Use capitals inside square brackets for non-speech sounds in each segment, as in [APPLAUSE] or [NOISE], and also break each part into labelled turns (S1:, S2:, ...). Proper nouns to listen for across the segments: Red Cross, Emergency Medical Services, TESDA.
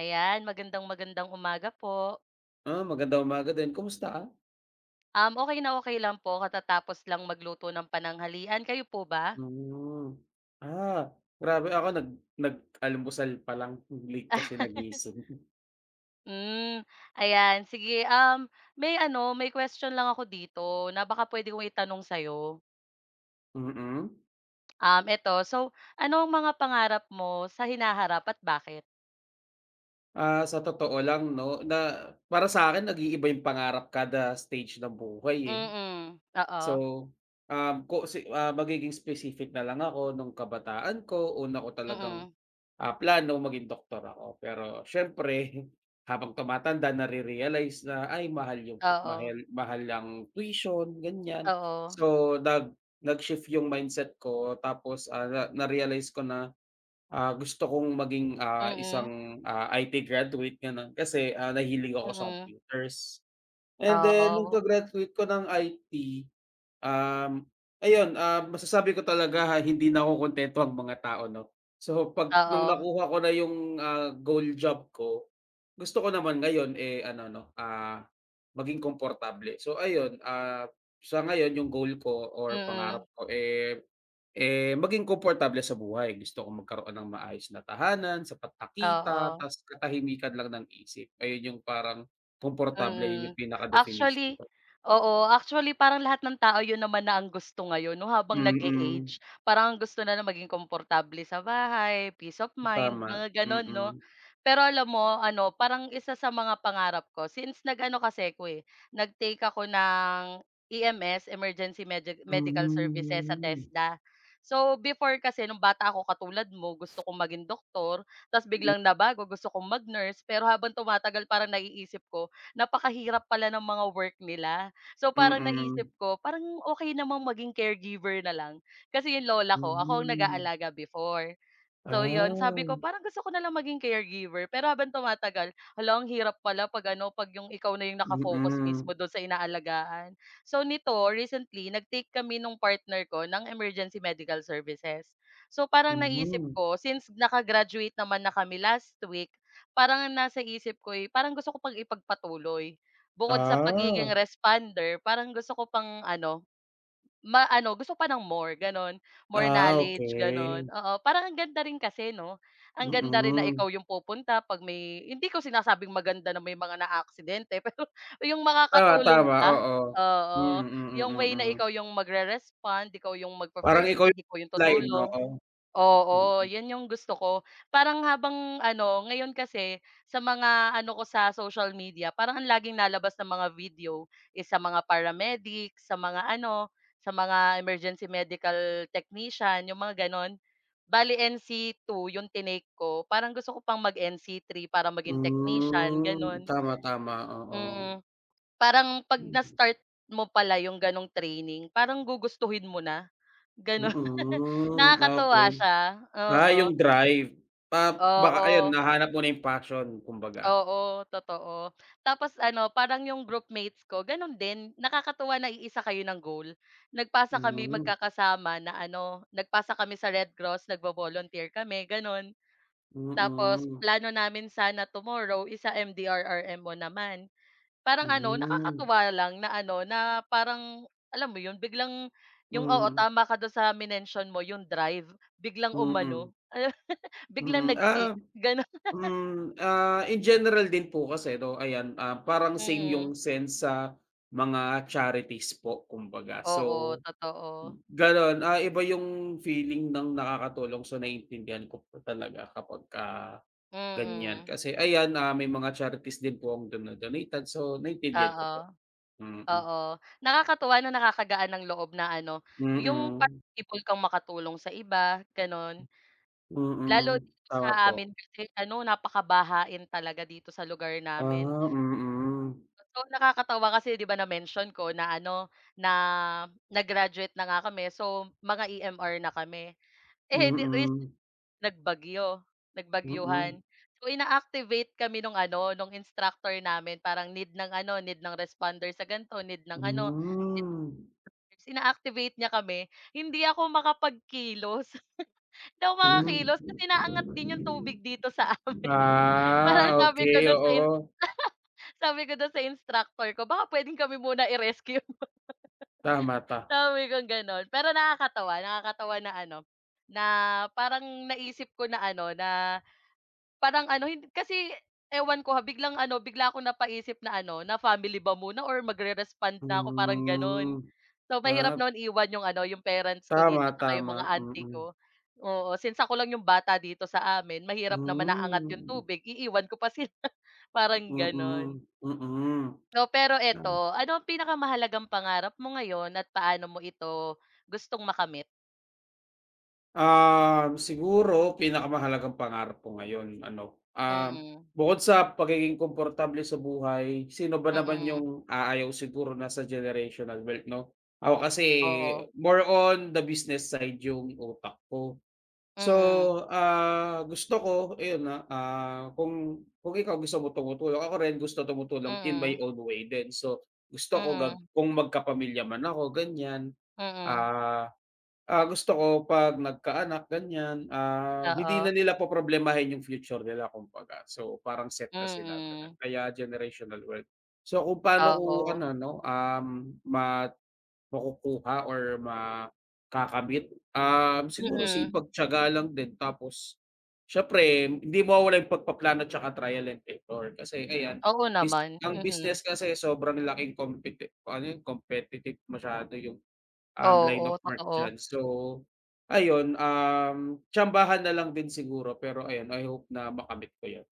S1: Ayan, magandang-magandang umaga po.
S2: Ah, magandang umaga din. Kumusta ka?
S1: Okay na okay lang po katatapos lang magluto ng pananghalian, kayo po ba?
S2: Hmm. Ah, Grabe, ako nag-almusal pa lang, late kasi nagising.
S1: Hmm, ayan sige, may question lang ako dito na baka puwede kong itanong sa'yo.
S2: Mm.
S1: Eto, so ano ang mga pangarap mo sa hinaharap at bakit?
S2: Ah, sa totoo lang 'no, na para sa'kin nag-iiba yung pangarap kada stage ng buhay, eh.
S1: Mm,
S2: So,
S1: oo,
S2: um, ko si ah, magiging specific na lang ako. Nung kabataan ko, una ko talagang
S1: mm,
S2: Plano maging doktor ako, pero siyempre habang tumatanda nare-realize na, ay mahal yung
S1: oo,
S2: mahal mahal ang tuition, ganyan.
S1: oo,
S2: So nag-shift yung mindset ko, tapos, na na-realize ko na, gusto kong maging,
S1: mm,
S2: isang, IT graduate, gano'n, kasi, nahilig ako sa
S1: mm,
S2: computers. And then nung
S1: oo,
S2: graduate ko ng IT, Um, ayun, masasabi ko talaga, ha, hindi na ako kontento ang mga tao 'no. So 'pag nung
S1: oo,
S2: nakuha ko na yung, goal job ko, gusto ko naman ngayon, eh, ano 'no, maging komportable. So ayun, sa ngayon yung goal ko or
S1: mm,
S2: pangarap ko, eh, maging komportable sa buhay. Gusto ko magkaroon ng maayos na tahanan, sapat na kita,
S1: oo.
S2: ta's katahimikan lang ng isip. Ayun yung parang komportable, yun
S1: Mm.
S2: yung pinaka definition
S1: Actually,
S2: ko.
S1: oo, actually parang lahat ng tao yun naman na ang gusto ngayon 'no, habang
S2: Mm.
S1: nag-e-age. Parang ang gusto na na maging komportable sa bahay, peace of mind,
S2: Tama,
S1: mga gano'n 'no.
S2: mm.
S1: Pero alam mo ano, parang isa sa mga pangarap ko since nag-ano kasi ako, eh, nag-take ako ng EMS, Emergency Medical Services sa
S2: Hmm,
S1: TESDA. So, before kasi nung bata ako katulad mo, gusto kong maging doktor, ta's biglang nabago gusto kong mag-nurse, pero habang tumatagal parang naiisip ko napakahirap pala ng mga work nila. So, parang
S2: mm.
S1: naisip ko, parang okay namang maging caregiver na lang. Kasi yung lola ko, ako ang
S2: Hmm,
S1: nag-aalaga before. So yun, sabi
S2: ah.
S1: ko parang gusto ko na lang maging caregiver, pero habang tumatagal, hala ang hirap pala 'pag ano, 'pag yung ikaw na yung nakafocus mismo
S2: Mm.
S1: dun sa inaalagaan. So nito, recently nag-take kami nung partner ko ng emergency medical services. So parang naisip
S2: Hmm,
S1: ko since nakagraduate naman na kami last week, parang nasa isip ko, eh, parang gusto ko pang ipagpatuloy. Bukod sa pagiging
S2: ah,
S1: responder, parang gusto ko pang ano, gusto ko pa ng more gano'n, more knowledge gano'n,
S2: okey,
S1: oo. Parang ang ganda rin kasi 'no, ang ganda rin na
S2: mm.
S1: ikaw yung pupunta 'pag may hindi ko sinasabing maganda na may mga na naaaksidente [LAUGHS] pero yung
S2: Tama,
S1: makakatulong
S2: tama,
S1: ka,
S2: oo.
S1: oo.
S2: Mm, mm, mm,
S1: Yung way
S2: mm,
S1: na ikaw
S2: mm.
S1: yung magre-respond, ikaw yung
S2: Parang
S1: magfa-first
S2: ikaw
S1: aid, ikaw yung
S2: yung line,
S1: tutulong.
S2: oo.
S1: Oo, 'yan yung gusto ko. Parang habang ano, ngayon kasi sa mga ano ko sa social media, parang ang laging nalabas na mga video is sa mga paramedic, sa mga ano, sa mga emergency medical technician, yung mga gano'n. Bale NC II yung tinake ko, parang gusto ko pang mag NC III para maging technician,
S2: Hmm,
S1: gano'n.
S2: tama, tama, oo.
S1: Mm, parang 'pag na-start mo pala yung gano'ng training, parang gugustuhin mo na, gano'n. [LAUGHS]
S2: Mm,
S1: Nakakatuwa
S2: okey.
S1: siya, oo.
S2: Yung drive, pa baka ayun,
S1: Oo,
S2: nahanap mo na yung passion, kumbaga.
S1: oo, totoo. Tapos ano, parang yung groupmates ko gano'n din, nakakatuwa na naiisa kayo ng goal. Nagpasa kami
S2: Hmm.
S1: magkakasama na ano, nagpasa kami sa Red Cross, nagvo-volunteer kami gano'n. Tapos
S2: Mm,
S1: plano namin sana tomorrow is sa o naman. Parang ano,
S2: hmm,
S1: nakakatuwa lang na ano, na parang alam mo 'yun, biglang yung oo,
S2: mm,
S1: tama ka do'n sa minention mo yung drive, biglang
S2: mm,
S1: umano, [LAUGHS] biglang
S2: mm.
S1: nag-kick gano'n.
S2: Hmm, in general din po kasi 'no, ayan, parang same yung
S1: [LAUGHS]
S2: sense sa mga charities po, kumbaga.
S1: Oo,
S2: So,
S1: totoo.
S2: gano'n, iba yung feeling ng nakakatulong, so naiintindihan ko po talaga kapagka ganyan.
S1: Mm,
S2: Kasi ayan, may mga charities din po ang dino-donated, so naintindihan ko
S1: oo,
S2: po. Mm,
S1: oo. Nakakatuwa na nakakagaan ng loob na ano, yung
S2: mm,
S1: parang able kang makatulong sa iba, gano'n.
S2: mm, mm.
S1: Lalo dito
S2: Tama
S1: sa
S2: po.
S1: amin kasi ano, napakabahain talaga dito sa lugar namin.
S2: Ah, mm, mm.
S1: So, nakakatawa kasi 'di ba na-mention ko na ano, na nag-graduate na nga kami, so mga EMR na kami. Eh, hindi
S2: Mm,
S1: Nagbagyo,
S2: mm.
S1: nagbagyuhan. So, ina-activate kami nung ano, nung instructor namin parang need ng ano, need ng responder sa ganito need ng ano, need to
S2: Hmm,
S1: others. Ina-activate niya kami. Hindi ako makapagkilos, [LAUGHS] daw ako
S2: hmm.
S1: makakilos kasi naangat din yung tubig dito sa amin. [LAUGHS]
S2: Ah,
S1: Parang sabi ko
S2: okey,
S1: dun sa
S2: oo.
S1: instructor ko, "Baka puwedeng kami muna i-rescue." [LAUGHS]
S2: Tama, ta,
S1: Sabi ko gano'n. Pero nakakatawa, nakakatawa na ano, na parang naisip ko na ano, na parang ano, hindi kasi ewan ko ha, biglang ano, bigla akong napaisip na ano, na family ba muna or magre-respond na ako, parang gano'n.
S2: hmm,
S1: So, mahirap
S2: ah,
S1: no'n iwan yung ano, yung parents ko
S2: tama,
S1: dito tsaka yung
S2: tama,
S1: mga auntie
S2: mm.
S1: ko. Oo, since ako lang yung bata dito sa amin, mahirap naman naangat yung
S2: Hmm,
S1: tubig, iiwan ko pa sila, [LAUGHS] parang
S2: mm,
S1: gano'n.
S2: mm.
S1: So, pero
S2: Tama.
S1: eto, ano ang pinakamahalagang pangarap mo ngayon at paano mo ito gustong makamit?
S2: Siguro pinakamahalagang pangarap ko ngayon, ano,
S1: Mm,
S2: bukod sa pagiging komportable sa buhay, sino ba
S1: mm,
S2: naman
S1: mm,
S2: yung aayaw siguro na sa generational wealth 'no? Ako kasi
S1: oo,
S2: more on the business side yung utak ko. So,
S1: mm,
S2: gusto ko ayun na, kung ikaw gusto mo tumutulong, ako rin gusto tumutulong in my
S1: mm,
S2: own way din. So, gusto ko gag
S1: mm,
S2: kung magkapamilya man ako, ganyan,
S1: mm, mm.
S2: ah. Gusto ko 'pag nagkaanak, ganyan, hindi na
S1: Oo,
S2: nila poproblemahin yung future nila, kumbaga. So, parang set na sila
S1: mm.
S2: gano'n, kaya generational wealth. So, kung paano ko
S1: Oo,
S2: ano 'no, ma makukuha or makakamit, siguro
S1: mm.
S2: sipag, tiyaga lang din, tapos siyempre hindi mawawala yung pagpaplano tsaka trial and error. Kasi ayan,
S1: Oo
S2: bis
S1: naman,
S2: ang business
S1: mm.
S2: kasi sobrang laking competi ano yun, competitive masyado yung line of
S1: Oo,
S2: work
S1: totoo.
S2: diyan. So, ayun, tsambahan na lang din siguro, pero ayun, I hope na makamit ko 'yun.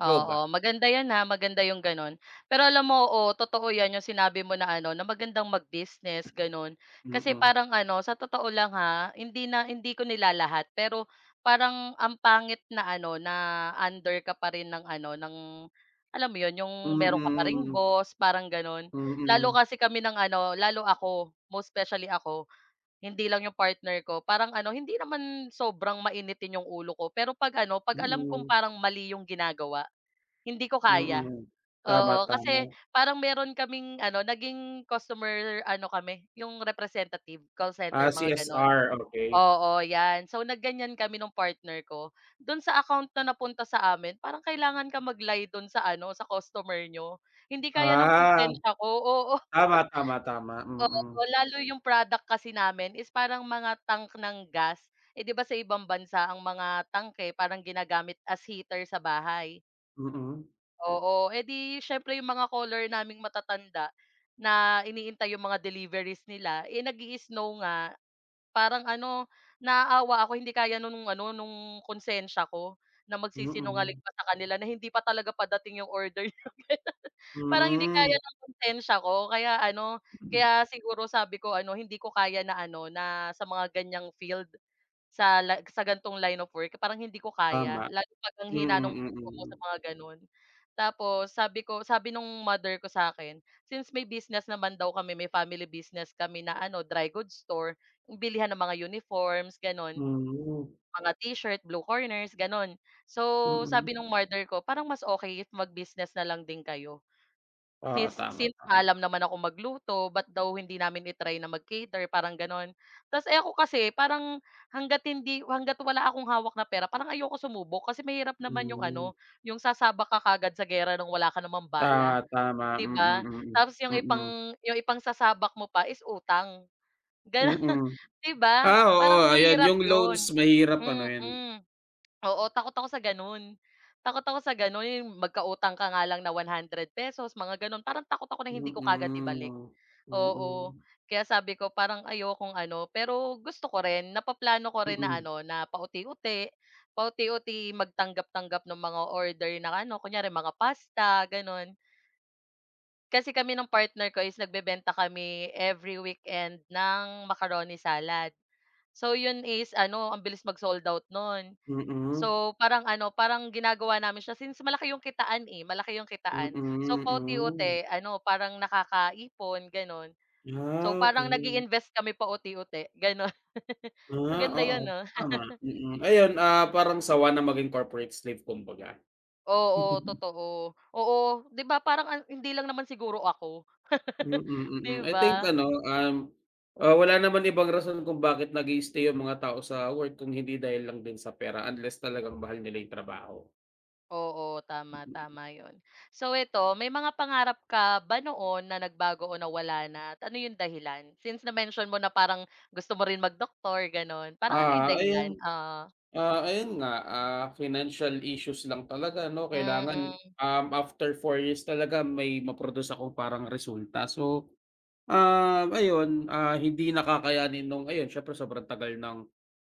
S2: Ikaw ba?
S1: Oo, maganda 'yan, ha, maganda yung gano'n. Pero alam mo, oo, totoo 'yan yung sinabi mo na ano, na magandang mag-business, gano'n. Kasi
S2: Mm.
S1: parang ano, sa totoo lang, ha, hindi na hindi ko nilalahat, pero parang ang pangit na ano, na under ka pa rin ng ano, ng alam mo 'yun, yung meron ka pa ring
S2: Mm.
S1: boss, parang gano'n.
S2: Mm.
S1: Lalo
S2: Mm.
S1: kasi kami ng ano, lalo ako, most especially ako. Hindi lang yung partner ko, parang ano, hindi naman sobrang mainitin yung ulo ko, pero 'pag ano,
S2: Mm.
S1: 'pag alam
S2: Mm,
S1: kong
S2: mm,
S1: parang mali yung ginagawa, hindi ko
S2: mm,
S1: kaya.
S2: mm. Tama,
S1: Oo,
S2: tama.
S1: kasi parang meron kaming ano, naging customer ano kami, yung representative, call center,
S2: Ah,
S1: mga gano'n.
S2: CSR, okay.
S1: Oo, 'yan. So, nagganyan kami nung partner ko. Do'n sa account na napunta sa amin, parang kailangan ka mag-lie do'n sa ano, sa customer niyo. Hindi kaya ng
S2: Ah,
S1: konsensya ko, oo.
S2: Tama, tama, tama.
S1: Oo,
S2: Mm.
S1: lalo yung product kasi namin is parang mga tank ng gas. Eh, 'di ba sa ibang bansa ang mga tank, eh, parang ginagamit as heater sa bahay.
S2: Mm.
S1: Oo, eh, 'di siyempre yung mga caller naming matatanda na iniintay yung mga deliveries nila, eh, nag-i-snow nga. Parang ano, naaawa ako hindi kaya nun nung ano, nung konsensiya ko na magsisinungaling
S2: Mm.
S1: pa sa kanila na hindi pa talaga padating yung order niyo, [LAUGHS] gano'n.
S2: Mm,
S1: Parang hindi
S2: mm,
S1: kaya ng konsensiya ko kaya ano,
S2: mm.
S1: kaya siguro sabi ko ano, hindi ko kaya na ano, na sa mga ganiyang field. Sa gan'tong line of work parang hindi ko kaya
S2: Tama.
S1: lalo 'pag ang hina
S2: Mm,
S1: nung puso mo sa
S2: mm.
S1: mga gano'n. Tapos sabi nung mother ko sa akin since may business naman daw kami, may family business kami na ano, dry goods store, yung bilihan ng mga uniforms
S2: Mm,
S1: gano'n,
S2: mm.
S1: mga t-shirt, blue corners, gano'n. So,
S2: Mm, mm.
S1: sabi nung mother ko, "Parang mas okay if mag-business na lang din kayo."
S2: Oo,
S1: Since
S2: tama,
S1: since
S2: tama.
S1: maalam naman akong magluto, ba't daw hindi namin i na mag-cater parang gano'n. Tapos, eh, ako kasi parang hangga't wala akong hawak na pera parang ayoko sumubok kasi mahirap naman yung
S2: Hmm.
S1: ano, yung sasabak ka kagad sa gera nung wala ka namang
S2: Tama,
S1: bala,
S2: tama,
S1: 'di
S2: mm, mm.
S1: ba? Tapos yung
S2: Mm, mm,
S1: ipang yung ipang ipangsasabak mo pa is utang, gano'n. [LAUGHS]
S2: mm.
S1: 'Di ba?
S2: Oo,
S1: Parang
S2: ayan
S1: mahirap
S2: yung
S1: yon.
S2: loans, mahirap ano yun,
S1: Mm. Oo, takot ako sa gano'n. Takot ako sa gano'n, yung magkautang ka nga lang na ₱100, mga gano'n. Parang takot ako na hindi ko kaagad ibalik.
S2: mm.
S1: Oo,
S2: Mm,
S1: kaya sabi ko parang ayokong ano, pero gusto ko rin, napaplano ko rin na
S2: mm,
S1: ano, na paunti-unti, paunti-unti magtanggap-tanggap ng mga order na ano, kunyari mga pasta, gano'n. Kasi kami ng partner ko is nagbebenta kami every weekend ng macaroni salad. So, yun is ano, ang bilis mag-sold out no'n.
S2: mm,
S1: So, parang ano, parang ginagawa namin siya since malaki yung kitaan, eh, malaki yung
S2: mm,
S1: kitaan. So,
S2: hmm.
S1: paunti-unti ano, parang nakakaipon, gano'n. So,
S2: Ah,
S1: parang
S2: okey.
S1: nag invest kami paunti-unti, gano'n. [LAUGHS]
S2: Ah,
S1: Maganda
S2: oo,
S1: 'yun 'no? [LAUGHS]
S2: tama, mm, mm. Ayun, parang sawa na maging corporate slave, kumbaga.
S1: Oo,
S2: [LAUGHS]
S1: totoo. Oo, 'di ba parang ang hindi lang naman siguro ako,
S2: Mm,
S1: [LAUGHS]
S2: mm, mm, mm.
S1: 'di
S2: I think
S1: ba?
S2: ano, wala naman ibang rason kung bakit nag-i-stay yung mga tao sa work kung hindi dahil lang din sa pera, unless talagang mahal nila yung trabaho.
S1: Oo, tama, tama 'yun. So ito, may mga pangarap ka ba noon na nagbago o nawala na at ano yung dahilan? Since na-mention mo na parang gusto mo rin mag-doktor gano'n, parang ano yung
S2: Ah,
S1: dahilan?
S2: ayun, Ayun nga, financial issues lang talaga 'no, kailangan,
S1: Mm,
S2: after 4 years talaga may ma-produce akong parang resulta. So, hindi na kakayanin nung ayun, siyempre sobrang tagal ng,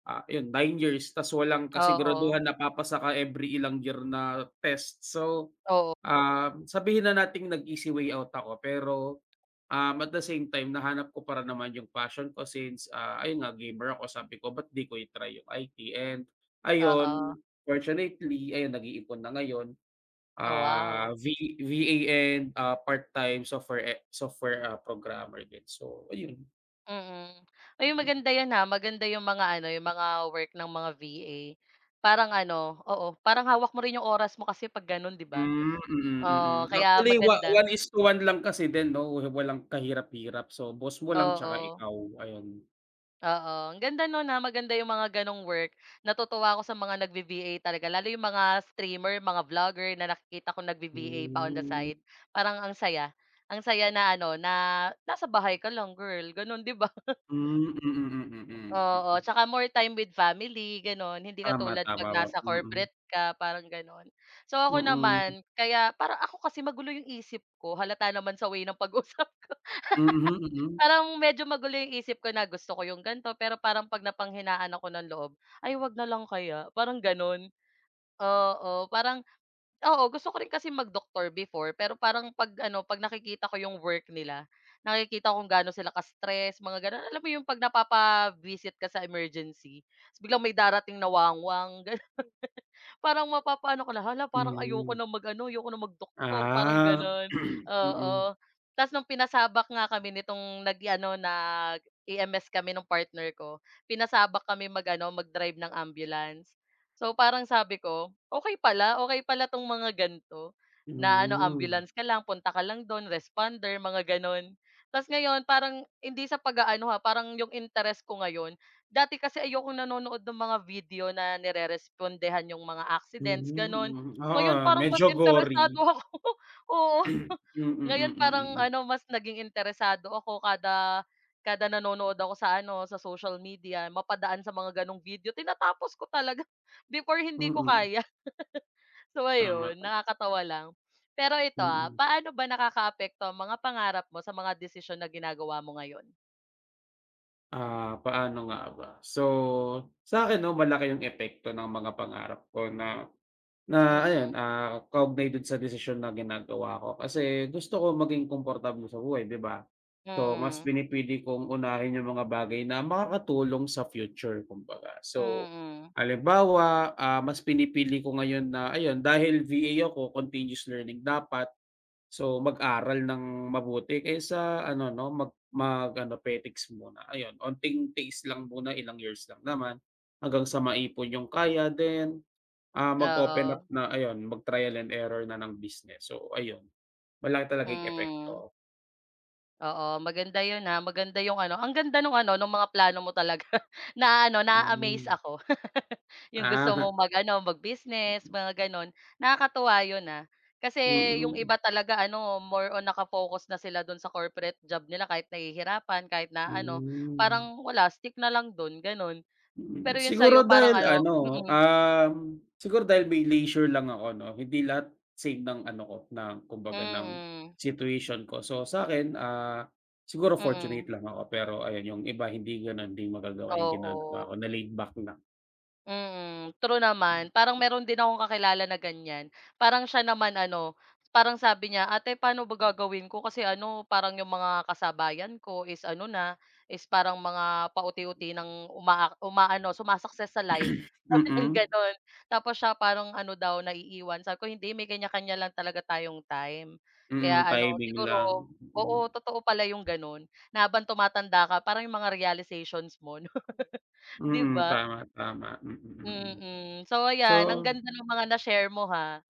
S2: ayun, 9 years, ta's walang
S1: oo.
S2: kasiguraduhan na papasa ka every ilang year na test. So,
S1: Oo,
S2: ah, sabihin na nating nag-easy way out ako, pero at the same time nahanap ko para naman yung passion ko, since, ayun nga, gamer ako, sabi ko ba't di ko i-try yung IT, and
S1: oo.
S2: ayun,
S1: Oh,
S2: fortunately ayun, nag-iipon na ngayon,
S1: wow,
S2: ah, V VA, and, part-time software, eh, software, ah, programmer din, so ayun.
S1: mm. Mm. Uy, maganda 'yan, ha, maganda yung mga ano, yung mga work ng mga VA. Parang ano, oo, parang hawak mo rin yung oras mo kasi 'pag gano'n, 'di ba?
S2: Hmm, mm, mm,
S1: Oo,
S2: mm.
S1: kaya
S2: Actually wa,
S1: maganda,
S2: 1:1 lang kasi din 'no, walang kahirap-hirap, so boss mo lang tsaka
S1: oo.
S2: ikaw, ayun.
S1: Oo, ang ganda nun, ah, maganda yung mga ganong work. Natutuwa ako sa mga nagvi-VA talaga, lalo yung mga streamer, mga vlogger na nakikita ko nagvi-VA pa on the
S2: Hmm,
S1: side, parang ang saya. Ang saya na ano, na nasa bahay ka lang girl, ganun, 'di ba? [LAUGHS]
S2: hmm, mm, mm, mm, mm.
S1: Oo, tsaka more time with family, gano'n. Hindi ka
S2: Tama,
S1: katulad
S2: tama
S1: 'pag
S2: po,
S1: nasa
S2: mm.
S1: corporate ka, parang gano'n. So, ako
S2: Mm,
S1: naman, kaya parang ako kasi magulo yung isip ko, halata naman sa way ng pag-usap.
S2: mhm, mm,
S1: Parang medyo magulo yung isip ko na gusto ko yung gan'to, pero parang 'pag napanghinaan ako ng loob, "Ay wag na lang kaya?" Parang gano'n. Oo, parang oo, gusto ko rin kasi mag-doktor before, pero parang 'pag ano, 'pag nakikita ko yung work nila, nakikita kung gaano sila ka-stress, mga gano'n. Alam mo yung 'pag napapa-visit ka sa emergency, ta's biglang may darating na wangwang. Parang mapapaano ka na, "Hala, parang ayoko
S2: hmm.
S1: na mag-ano, ayoko na mag-doktor." Parang
S2: Ah,
S1: gano'n,
S2: [CLEARS THROAT] mm,
S1: oo. Ta's nung pinasabak nga kami nitong nag-ano, nag-EMS kami nung partner ko, pinasabak kami mag-ano, mag-drive ng ambulance. So, parang sabi ko, okay pala 'tong mga ganito, na ano,
S2: hmm,
S1: ambulance ka lang, punta ka lang do'n, responder," mga gano'n. Ta's ngayon parang hindi sa pag-aano, ha, parang yung interest ko ngayon. Dati kasi ayokong nanonood ng mga video na nirerespondehan yung mga accidents, gano'n.
S2: hmm,
S1: Ngayon
S2: oo,
S1: parang mas
S2: medyo gory.
S1: interesado ako. [LAUGHS] Oo.
S2: Mm, mm, mm,
S1: Ngayon
S2: mm,
S1: parang
S2: mm.
S1: ano, mas naging interesado ako kada kada nanonood ako sa ano, sa social media, mapadaan sa mga gano'ng video, tinatapos ko talaga. [LAUGHS] Before hindi ko
S2: Mm,
S1: kaya. [LAUGHS] So
S2: tama,
S1: ayun, nakakatawa lang. Pero ito, ah,
S2: mm.
S1: paano ba nakakaapekto ang mga pangarap mo sa mga desisyon na ginagawa mo ngayon?
S2: Paano nga ba? So, sa'kin 'no malaki yung epekto ng mga pangarap ko na na
S1: Mm,
S2: ayun, kaugnay dun sa desisyon na ginagawa ko, kasi gusto ko maging komportable sa buhay, 'di ba? So, mas
S1: mm,
S2: pinipili kong unahin yung mga bagay na makakatulong sa future, kumbaga. So,
S1: mm.
S2: halimbawa, mas pinipili ko ngayon na ayun dahil VA ako, continuous learning dapat, so mag-aral ng mabuti kaysa ano 'no, mag mag-ano petics muna, ayun. Onting tiis lang muna, ilang years lang naman hanggang sa maipon yung kaya, then mag-open up
S1: Oo,
S2: na ayun, mag-trial and error na ng business. So ayun, malaki talaga yung
S1: hmm,
S2: epekto.
S1: oo maganda 'yun, ah, maganda 'yung ano ang ganda nung ano nung mga plano mo talaga [LAUGHS] na ano na na-a-amaze
S2: Hmm,
S1: ako. [LAUGHS] 'Yung gusto
S2: ah,
S1: mo mag-ano mag-business mga gano'n, nakakatuwa 'yun, ah. Kasi
S2: [LAUGHS]
S1: 'yung
S2: mm,
S1: iba talaga ano more on naka-focus na sila dun sa corporate job nila kahit nahihirapan, kahit na ano
S2: hmm,
S1: parang wala stick na lang dun gano'n.
S2: mm.
S1: Pero 'yung
S2: Siguro
S1: sa'yo parang
S2: dahil
S1: ano
S2: ano,
S1: mm,
S2: siguro dahil may leisure lang ako 'no, hindi lahat same ng ano ko, ng kumbaga ng
S1: mm,
S2: situation ko. So sa akin, ah, siguro fortunate
S1: mm,
S2: lang ako, pero ayun, yung iba hindi gano'n, hindi magagawa yung ginagawa
S1: oo.
S2: ko na laid back lang.
S1: Mm, true naman. Parang meron din akong kakilala na ganyan. Parang siya naman ano, parang sabi niya, "Ate, paano ba gagawin ko kasi ano, parang yung mga kasabayan ko is ano na, is parang mga pauti-uti ng uma umaano, suma-success sa life." [LAUGHS] Sabi niyang
S2: Mm,
S1: gano'n. Tapos siya parang ano daw, naiiwan. Sabi ko, "Hindi, may kanya-kanya lang talaga tayong time."
S2: mm,
S1: Kaya ano,
S2: timing
S1: siguro
S2: lang, mm.
S1: oo, totoo pala yung gano'n na habang tumatanda ka parang yung mga realizations mo [LAUGHS] 'di
S2: Mm,
S1: ba?
S2: tama, tama, mm, mm, mm, mm.
S1: Mm. So ayan, ang
S2: So
S1: ganda ng mga na-share mo ha.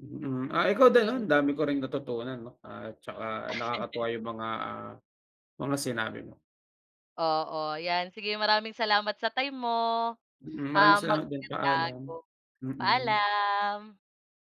S2: mm, mm, ikaw din 'no, ang
S1: Mm,
S2: dami ko ring natutunan 'no, at tsaka nakakatuwa yung mga, mga sinabi mo.
S1: oo, 'yan. Sige maraming salamat sa time mo.
S2: Mm, maraming
S1: Ah,
S2: salamat din,
S1: magandang
S2: paalam. Mm, mm.
S1: paalam.